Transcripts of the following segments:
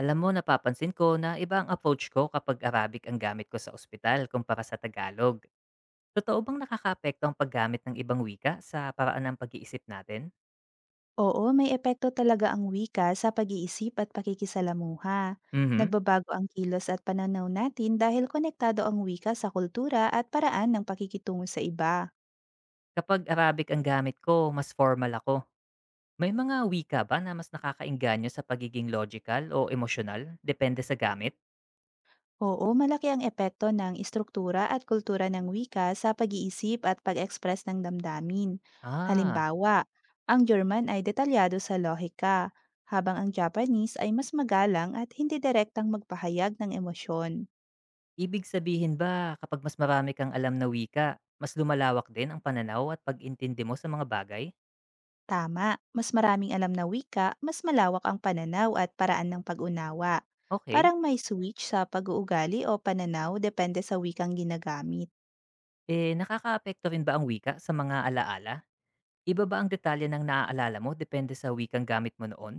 Alam mo, napapansin ko na iba ang approach ko kapag Arabic ang gamit ko sa ospital kumpara sa Tagalog. Totoo bang nakakaapekto ang paggamit ng ibang wika sa paraan ng pag-iisip natin? Oo, may epekto talaga ang wika sa pag-iisip at pakikisalamuha. Mhm. Nagbabago ang kilos at pananaw natin dahil konektado ang wika sa kultura at paraan ng pakikitungo sa iba. Kapag Arabic ang gamit ko, mas formal ako. May mga wika ba na mas nakakainganyo sa pagiging logical o emotional? Depende sa gamit? Oo, malaki ang epekto ng istruktura at kultura ng wika sa pag-iisip at pag-express ng damdamin. Ah, Halimbawa, ang German ay detalyado sa lohika, habang ang Japanese ay mas magalang at hindi direktang magpahayag ng emosyon. ibig sabihin ba kapag mas marami kang alam na wika, mas lumalawak din ang pananaw at pag-intindi mo sa mga bagay? Tama, mas maraming alam na wika, mas malawak ang pananaw at paraan ng pag-unawa. Okay. Parang may switch sa pag-uugali o pananaw depende sa wikang ginagamit. Eh, nakakaapekto rin ba ang wika sa mga alaala? Iba ba ang detalye ng naaalala mo depende sa wikang gamit mo noon?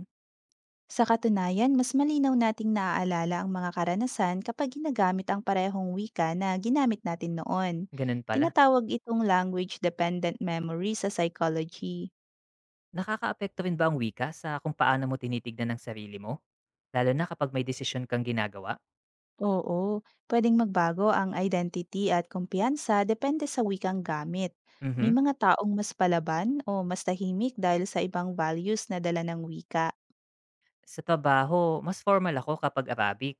Sa katunayan, mas malinaw nating naaalala ang mga karanasan kapag ginagamit ang parehong wika na ginamit natin noon. Ganun pala. Tinatawag itong language-dependent memory sa psychology. Nakakaapekto rin ba ang wika sa kung paano mo tinitignan ang sarili mo? Lalo na kapag may desisyon kang ginagawa? Oo, pwedeng magbago ang identity at kumpiyansa depende sa wikang gamit. May Mhm. mga taong mas palaban o mas tahimik dahil sa ibang values na dala ng wika. Sa trabaho, mas formal ako kapag Arabic.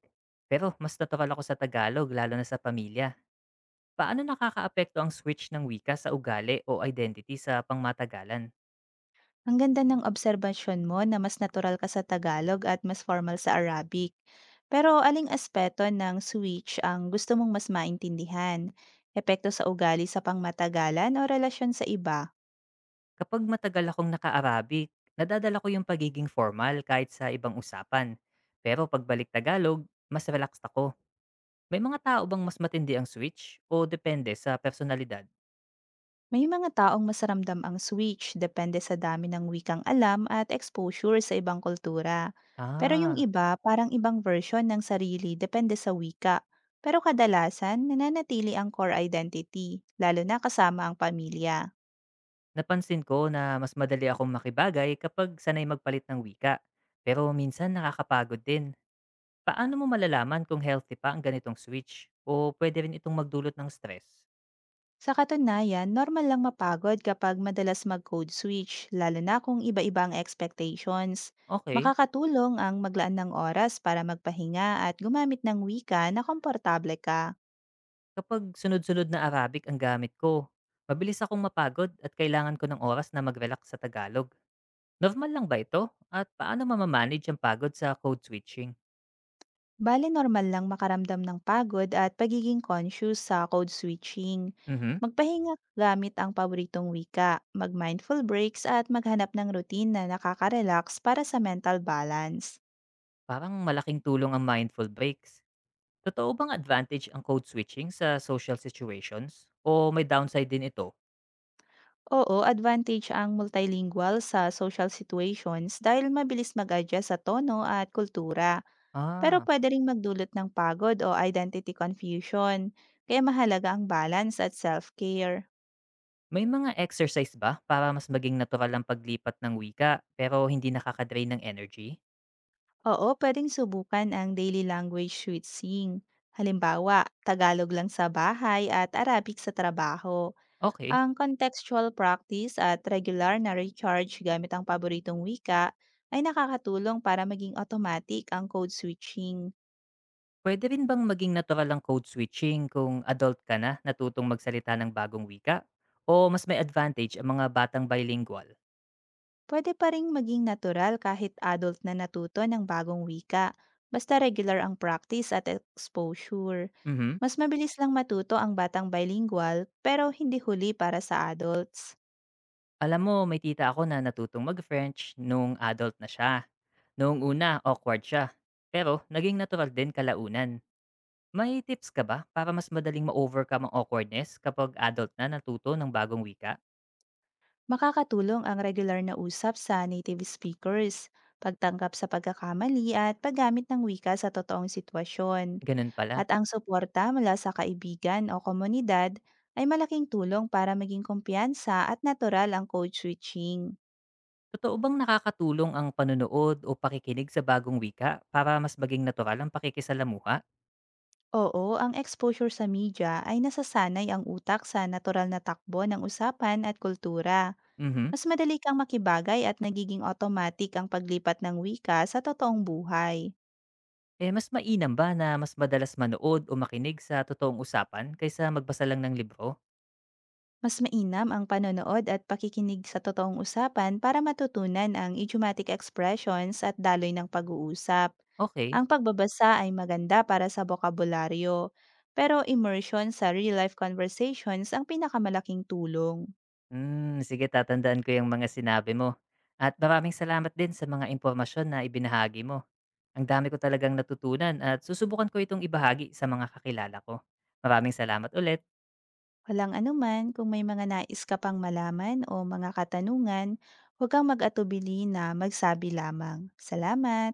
Pero mas natural ako sa Tagalog, lalo na sa pamilya. Paano nakakaapekto ang switch ng wika sa ugali o identity sa pangmatagalan? Ang ganda ng obserbasyon mo na mas natural ka sa Tagalog at mas formal sa Arabic. Pero aling aspeto ng switch ang gusto mong mas maintindihan? Epekto sa ugali sa pangmatagalan o relasyon sa iba? Kapag matagal akong naka-Arabic, nadadala ko yung pagiging formal kahit sa ibang usapan. Pero pagbalik Tagalog, mas relaxed ako. May mga tao bang mas matindi ang switch o depende sa personalidad? May mga taong mas ramdam ang switch depende sa dami ng wikang alam at exposure sa ibang kultura. Pero yung Ah, iba, parang ibang version ng sarili depende sa wika. Pero kadalasan, nananatili ang core identity, lalo na kasama ang pamilya. napansin ko na mas madali akong makibagay kapag sanay magpalit ng wika. Pero minsan nakakapagod din. Paano mo malalaman kung healthy pa ang ganitong switch? O pwede rin itong magdulot ng stress? Sa katunayan, normal lang mapagod kapag madalas mag-code switch, lalo na kung iba-iba ang expectations. Okay, Makakatulong ang maglaan ng oras para magpahinga at gumamit ng wika na komportable ka. kapag sunod-sunod na Arabic ang gamit ko, mabilis akong mapagod at kailangan ko ng oras na mag-relax sa Tagalog. Normal lang ba ito? At paano mamamanage ang pagod sa code switching? Bale normal lang makaramdam ng pagod at pagiging conscious sa code switching. Mhm. Magpahinga gamit ang paboritong wika, mag-mindful breaks at maghanap ng routine na nakaka-relax para sa mental balance. Parang malaking tulong ang mindful breaks. Totoo bang advantage ang code switching sa social situations? O may downside din ito? Oo, advantage ang multilingual sa social situations dahil mabilis mag-adjust sa tono at kultura. Pero Ah, pwede ring magdulot ng pagod o identity confusion. Kaya mahalaga ang balance at self-care. may mga exercise ba para mas maging natural ang paglipat ng wika pero hindi nakakadrain ng energy? Oo, pwedeng subukan ang daily language switching. Halimbawa, Tagalog lang sa bahay at Arabic sa trabaho. Okay. Ang contextual practice at regular na recharge gamit ang paboritong wika ay nakakatulong para maging automatic ang code switching. Pwede rin bang maging natural ang code switching kung adult ka na natutong magsalita ng bagong wika? O mas may advantage ang mga batang bilingual? Pwede pa rin maging natural kahit adult na natuto ng bagong wika, basta regular ang practice at exposure. Mhm. Mas mabilis lang matuto ang batang bilingual pero hindi huli para sa adults. Alam mo, may tita ako na natutong mag-French nung adult na siya. Noong una, awkward siya. Pero naging natural din kalaunan. May tips ka ba para mas madaling ma-overcome ang awkwardness kapag adult na natuto ng bagong wika? Makakatulong ang regular na usap sa native speakers, pagtanggap sa pagkakamali at paggamit ng wika sa totoong sitwasyon. Ganun pala. At ang suporta mula sa kaibigan o komunidad ay malaking tulong para maging kumpiyansa at natural ang code switching. Totoo bang nakakatulong ang panunood o pakikinig sa bagong wika para mas maging natural ang pakikisalamuha? Oo, ang exposure sa media ay nasasanay ang utak sa natural na takbo ng usapan at kultura. Mhm. Mas madali kang makibagay at nagiging automatic ang paglipat ng wika sa totoong buhay. Eh, mas mainam ba na mas madalas manood o makinig sa totoong usapan kaysa magbasa lang ng libro? Mas mainam ang panonood at pakikinig sa totoong usapan para matutunan ang idiomatic expressions at daloy ng pag-uusap. Okay. Ang pagbabasa ay maganda para sa bokabularyo, pero immersion sa real-life conversations ang pinakamalaking tulong. Hmm, sige tatandaan ko yung mga sinabi mo. At maraming salamat din sa mga impormasyon na ibinahagi mo. Ang dami ko talagang natutunan at susubukan ko itong ibahagi sa mga kakilala ko. Maraming salamat ulit. Walang anuman, kung may mga nais ka pang malaman o mga katanungan, huwag kang mag-atubili na magsabi lamang. Salamat!